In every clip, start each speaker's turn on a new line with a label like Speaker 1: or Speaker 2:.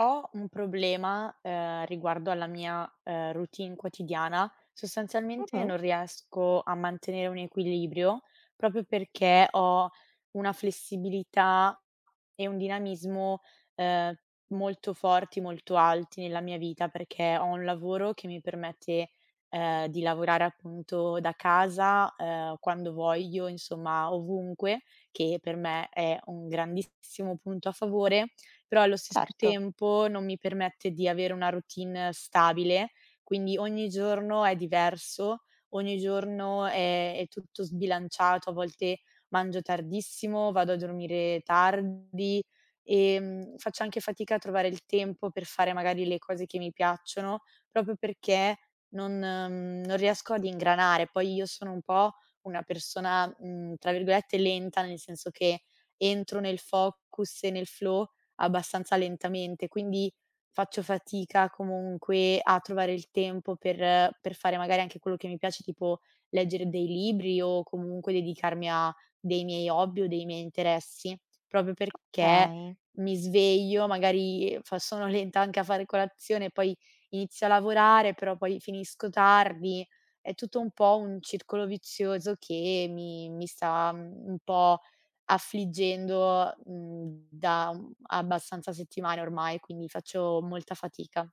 Speaker 1: Ho un problema, riguardo alla mia, routine quotidiana. Sostanzialmente
Speaker 2: Mh,
Speaker 1: non riesco a mantenere un equilibrio, proprio perché ho una flessibilità e un dinamismo, ehm, molto forti, molto alti nella mia vita, perché ho un lavoro che mi permette, di lavorare appunto da casa, quando voglio, insomma ovunque, che per me è un grandissimo punto a favore, però allo stesso
Speaker 2: certo,
Speaker 1: tempo non mi permette di avere una routine stabile, quindi ogni giorno è diverso, ogni giorno è tutto sbilanciato, a volte mangio tardissimo, vado a dormire tardi, faccio anche fatica a trovare il tempo per fare magari le cose che mi piacciono, proprio perché non riesco ad ingranare. Poi io sono un po' una persona, tra virgolette "lenta", nel senso che entro nel focus e nel flow abbastanza lentamente, quindi faccio fatica comunque a trovare il tempo per fare magari anche quello che mi piace, tipo leggere dei libri o comunque dedicarmi a dei miei hobby o dei miei interessi, proprio perché
Speaker 2: okay,
Speaker 1: mi sveglio, magari fa sono lenta anche a fare colazione, poi inizio a lavorare, però poi finisco tardi. È tutto un po' un circolo vizioso che mi sta, un po' affliggendo, da, abbastanza settimane ormai, quindi faccio molta fatica.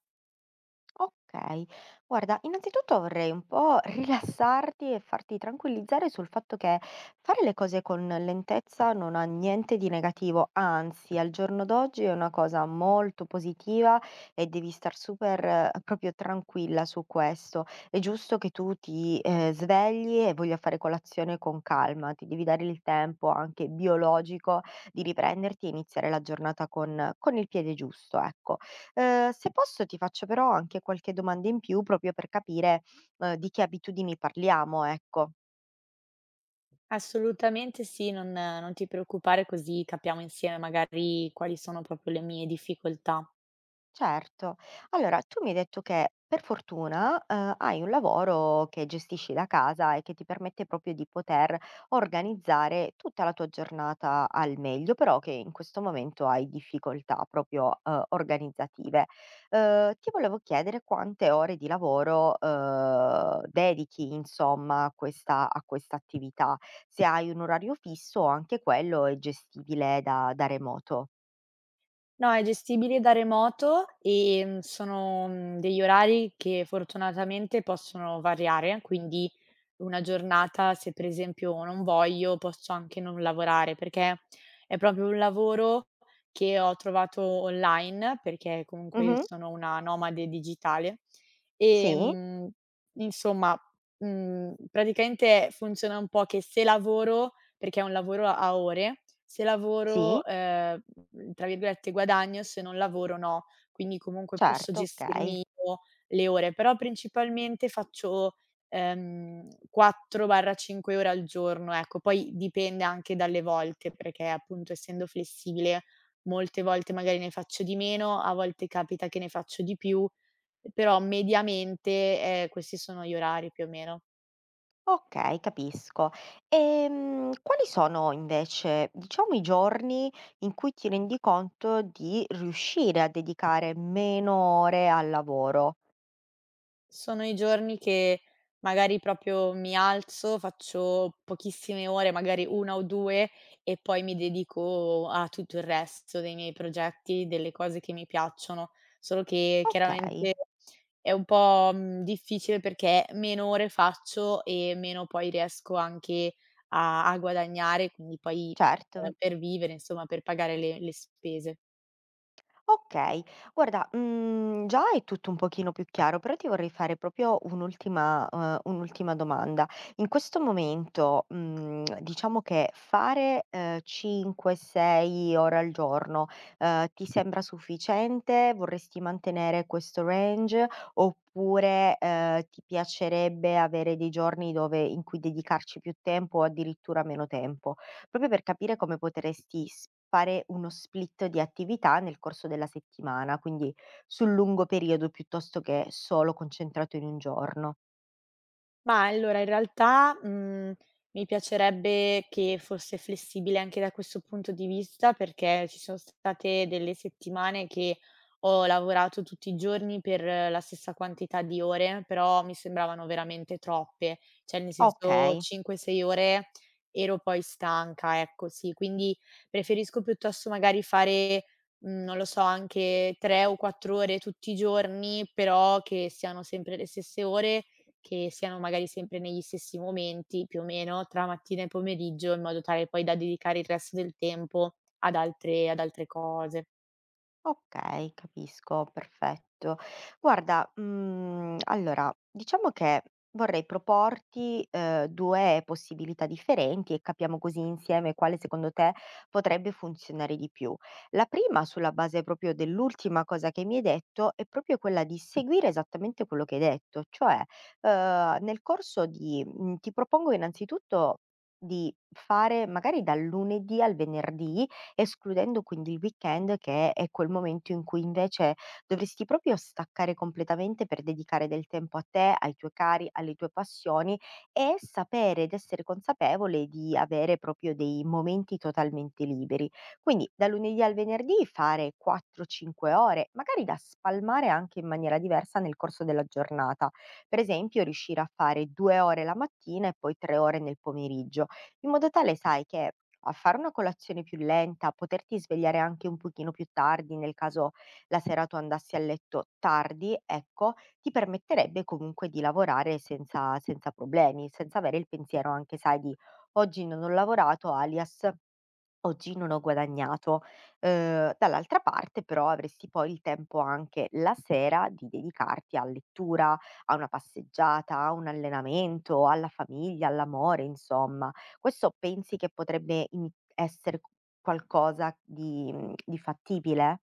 Speaker 2: okay. Guarda, innanzitutto vorrei un po' rilassarti e farti tranquillizzare sul fatto che fare le cose con lentezza non ha niente di negativo, anzi al giorno d'oggi è una cosa molto positiva e devi star super proprio tranquilla su questo. È giusto che tu ti, svegli e voglia fare colazione con calma, ti devi dare il tempo anche biologico di riprenderti e iniziare la giornata con il piede giusto, ecco. Se posso ti faccio però anche qualche domanda in più proprio per capire, di che abitudini parliamo, ecco.
Speaker 1: Assolutamente sì, non ti preoccupare, così capiamo insieme magari quali sono proprio le mie difficoltà.
Speaker 2: Certo. Allora, tu mi hai detto che per fortuna, hai un lavoro che gestisci da casa e che ti permette proprio di poter organizzare tutta la tua giornata al meglio, però che in questo momento hai difficoltà proprio, organizzative. Ti volevo chiedere quante ore di lavoro, dedichi insomma a questa attività, se hai un orario fisso o anche quello è gestibile da remoto.
Speaker 1: No, è gestibile da remoto, sono, degli orari che fortunatamente possono variare, quindi una giornata se per esempio non voglio, posso anche non lavorare, perché è proprio un lavoro che ho trovato online, perché comunque
Speaker 2: Mh-mh.
Speaker 1: sono una nomade digitale.
Speaker 2: Sì,
Speaker 1: Ehm, insomma, praticamente funziona un po' che se lavoro perché è un lavoro a ore. Se
Speaker 2: sì.
Speaker 1: lavoro, tra virgolette "guadagno", se non lavoro no. Quindi comunque posso
Speaker 2: Certo, okay.
Speaker 1: gestirmi io le ore, però principalmente faccio, ehm, 4 o 5 ore al giorno, ecco. Poi dipende anche dalle volte, perché appunto essendo flessibile molte volte magari ne faccio di meno, a volte capita che ne faccio di più, però mediamente, questi sono gli orari più o meno.
Speaker 2: Okay, capisco. Quali sono invece, diciamo, i giorni in cui ti rendi conto di riuscire a dedicare meno ore al lavoro?
Speaker 1: Sono i giorni che magari proprio mi alzo, faccio pochissime ore, magari 1 o 2 e poi mi dedico a tutto il resto dei miei progetti, delle cose che mi piacciono. Solo che
Speaker 2: Okay,
Speaker 1: chiaramente è un po', difficile perché meno ore faccio e meno poi riesco anche a guadagnare, quindi poi,
Speaker 2: certo.
Speaker 1: per vivere, insomma, per pagare le spese.
Speaker 2: Okay. Guarda, già è tutto un pochino più chiaro, però ti vorrei fare proprio un'ultima domanda. In questo momento, diciamo che fare, 5, 6 ore al giorno, ti sembra sufficiente? Vorresti mantenere questo range? Oppure, ti piacerebbe avere dei giorni dove in cui dedicarci più tempo o addirittura meno tempo? Proprio per capire come potresti s fare uno split di attività nel corso della settimana, quindi sul lungo periodo piuttosto che solo concentrato in un giorno.
Speaker 1: Ma allora in realtà, mi piacerebbe che fosse flessibile anche da questo punto di vista, perché ci sono state delle settimane che ho lavorato tutti i giorni per la stessa quantità di ore, però mi sembravano veramente troppe, cioè nel senso
Speaker 2: Okay.
Speaker 1: 5, 6 ore ero poi stanca, ecco sì. Quindi preferisco piuttosto magari fare, non lo so, anche 3 o 4 ore tutti i giorni, però che siano sempre le stesse ore che siano magari sempre negli stessi momenti, più o meno, tra mattina e pomeriggio, in modo tale poi da dedicare il resto del tempo ad altre cose.
Speaker 2: Okay, capisco, perfetto. Guarda, allora diciamo che vorrei proporti, 2 possibilità differenti e capiamo così insieme quale secondo te potrebbe funzionare di più. La prima, sulla base proprio dell'ultima cosa che mi hai detto, è proprio quella di seguire esattamente quello che hai detto, cioè, nel corso di ti propongo innanzitutto di fare magari dal lunedì al venerdì, escludendo quindi il weekend, che è quel momento in cui invece dovresti proprio staccare completamente per dedicare del tempo a te, ai tuoi cari, alle tue passioni, e sapere ed essere consapevole di avere proprio dei momenti totalmente liberi. Quindi da lunedì al venerdì fare 4-5 ore, magari da spalmare anche in maniera diversa nel corso della giornata. Per esempio riuscire a fare 2 ore la mattina e poi 3 ore nel pomeriggio, in modo tale, sai, che a fare una colazione più lenta, a poterti svegliare anche un pochino più tardi, nel caso la sera tu andassi a letto tardi, ecco, ti permetterebbe comunque di lavorare senza problemi, senza avere il pensiero anche, sai, di: "Oggi non ho lavorato", alias oggi non ho guadagnato. Dall'altra parte però avresti poi il tempo anche la sera di dedicarti a lettura, a una passeggiata, a un allenamento, alla famiglia, all'amore, insomma. Questo pensi che potrebbe in essere qualcosa di fattibile?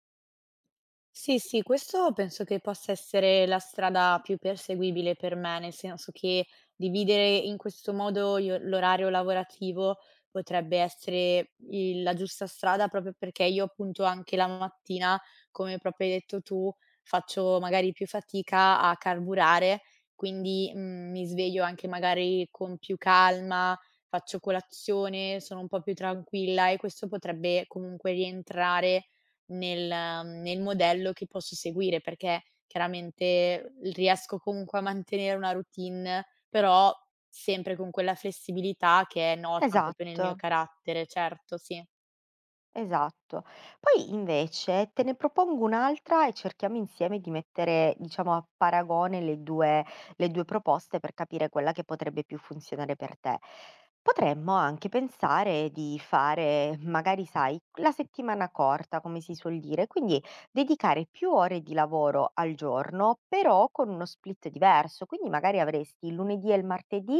Speaker 1: Sì, sì, questo penso che possa essere la strada più perseguibile per me, nel senso che dividere in questo modo io l'orario lavorativo potrebbe essere il la giusta strada proprio perché io appunto anche la mattina, come proprio hai detto tu, faccio magari più fatica a carburare, quindi, mi sveglio anche magari con più calma, faccio colazione, sono un po' più tranquilla e questo potrebbe comunque rientrare nel nel modello che posso seguire, perché chiaramente riesco comunque a mantenere una routine, però sempre con quella flessibilità che è nota proprio nel
Speaker 2: Esatto.
Speaker 1: mio carattere, certo, sì.
Speaker 2: Esatto. Poi invece te ne propongo un'altra e cerchiamo insieme di mettere, diciamo, a paragone le 2 proposte per capire quella che potrebbe più funzionare per te. Potremmo anche pensare di fare magari, sai, la settimana corta, come si suol dire, quindi dedicare più ore di lavoro al giorno, però con uno split diverso. Quindi magari avresti il lunedì e il martedì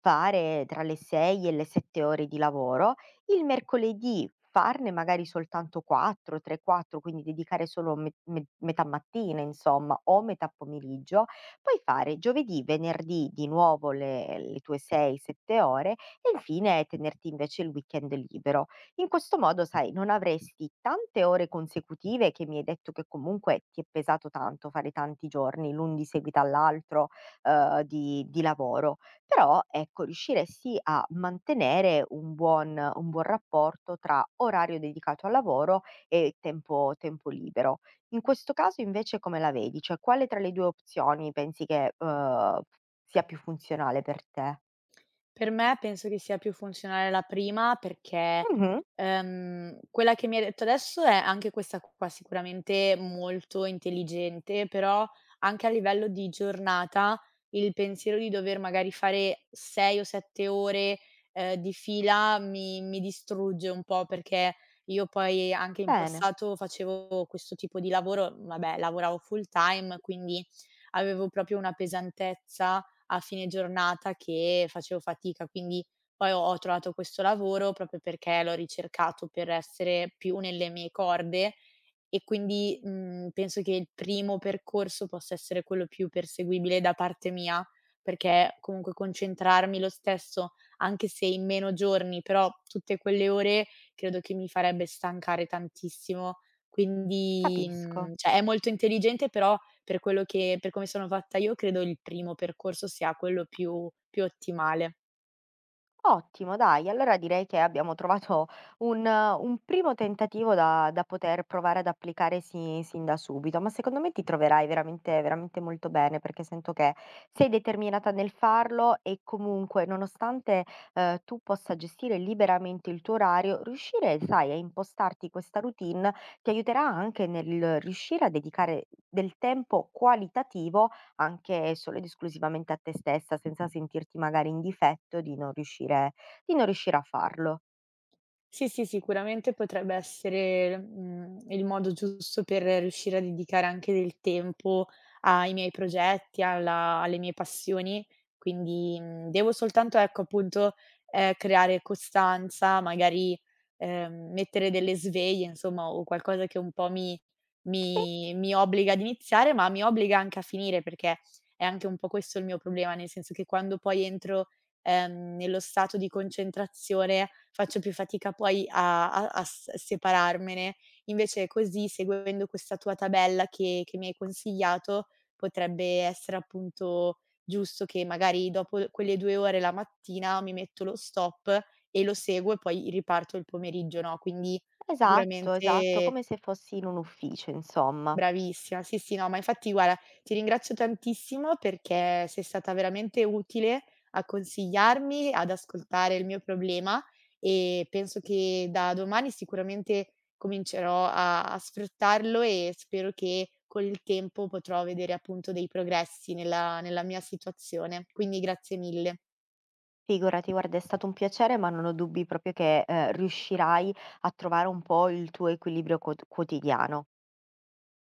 Speaker 2: fare tra le 6 e le 7 ore di lavoro, il mercoledì farne magari soltanto 4, 3, 4, quindi dedicare solo me metà mattina insomma o metà pomeriggio, poi fare giovedì, venerdì di nuovo le tue 6, 7 ore e infine tenerti invece il weekend libero. In questo modo, sai, non avresti tante ore consecutive; che mi hai detto che comunque ti è pesato tanto fare tanti giorni l'un di seguito all'altro, di lavoro. Però ecco, riuscire sì a mantenere un buon rapporto tra orario dedicato al lavoro e tempo libero. In questo caso invece come la vedi? Cioè quale tra le 2 opzioni pensi che, sia più funzionale per te?
Speaker 1: Per me penso che sia più funzionale la prima perché,
Speaker 2: Mh-mh,
Speaker 1: quella che mi hai detto adesso è anche questa qua sicuramente molto intelligente, però anche a livello di giornata il pensiero di dover magari fare 6 o 7 ore, di fila mi distrugge un po' perché io poi anche in
Speaker 2: bene,
Speaker 1: passato facevo questo tipo di lavoro, vabbè lavoravo full time, quindi avevo proprio una pesantezza a fine giornata che facevo fatica. Quindi poi ho trovato questo lavoro proprio perché l'ho ricercato per essere più nelle mie corde e quindi, penso che il primo percorso possa essere quello più perseguibile da parte mia, perché comunque concentrarmi lo stesso, anche se in meno giorni, però tutte quelle ore credo che mi farebbe stancare tantissimo. Quindi,
Speaker 2: capisco.
Speaker 1: cioè è molto intelligente, però per quello che per come sono fatta io credo il primo percorso sia quello più ottimale.
Speaker 2: Ottimo dai, allora direi che abbiamo trovato un primo tentativo da poter provare ad applicare sin da subito, ma secondo me ti troverai veramente veramente molto bene, perché sento che sei determinata nel farlo e comunque, nonostante, tu possa gestire liberamente il tuo orario, riuscire, sai, a impostarti questa routine ti aiuterà anche nel riuscire a dedicare del tempo qualitativo anche solo ed esclusivamente a te stessa, senza sentirti magari in difetto di non riuscire, a farlo.
Speaker 1: Sì, sì, sicuramente potrebbe essere, il modo giusto per riuscire a dedicare anche del tempo ai miei progetti, alla alle mie passioni, quindi, devo soltanto, ecco, appunto, creare costanza, magari, mettere delle sveglie, insomma, o qualcosa che un po' mi
Speaker 2: Sì.
Speaker 1: mi mi obbliga ad iniziare, ma mi obbliga anche a finire, perché è anche un po' questo il mio problema, nel senso che quando poi entro nello stato di concentrazione faccio più fatica poi a a a s separarmene. Invece così, seguendo questa tua tabella che mi hai consigliato, potrebbe essere appunto giusto che magari dopo quelle 2 ore la mattina mi metto lo stop e lo seguo e poi riparto il pomeriggio, no, quindi
Speaker 2: Esatto, esatto,
Speaker 1: sicuramente.
Speaker 2: come se fossi in un ufficio insomma.
Speaker 1: Bravissima, sì, sì, no, ma infatti guarda, ti ringrazio tantissimo perché sei stata veramente utile a consigliarmi, ad ascoltare il mio problema e penso che da domani sicuramente comincerò a sfruttarlo e spero che con il tempo potrò vedere appunto dei progressi nella mia situazione. Quindi grazie mille.
Speaker 2: Figurati, guarda, è stato un piacere, ma non ho dubbi proprio che, riuscirai a trovare un po' il tuo equilibrio quotidiano.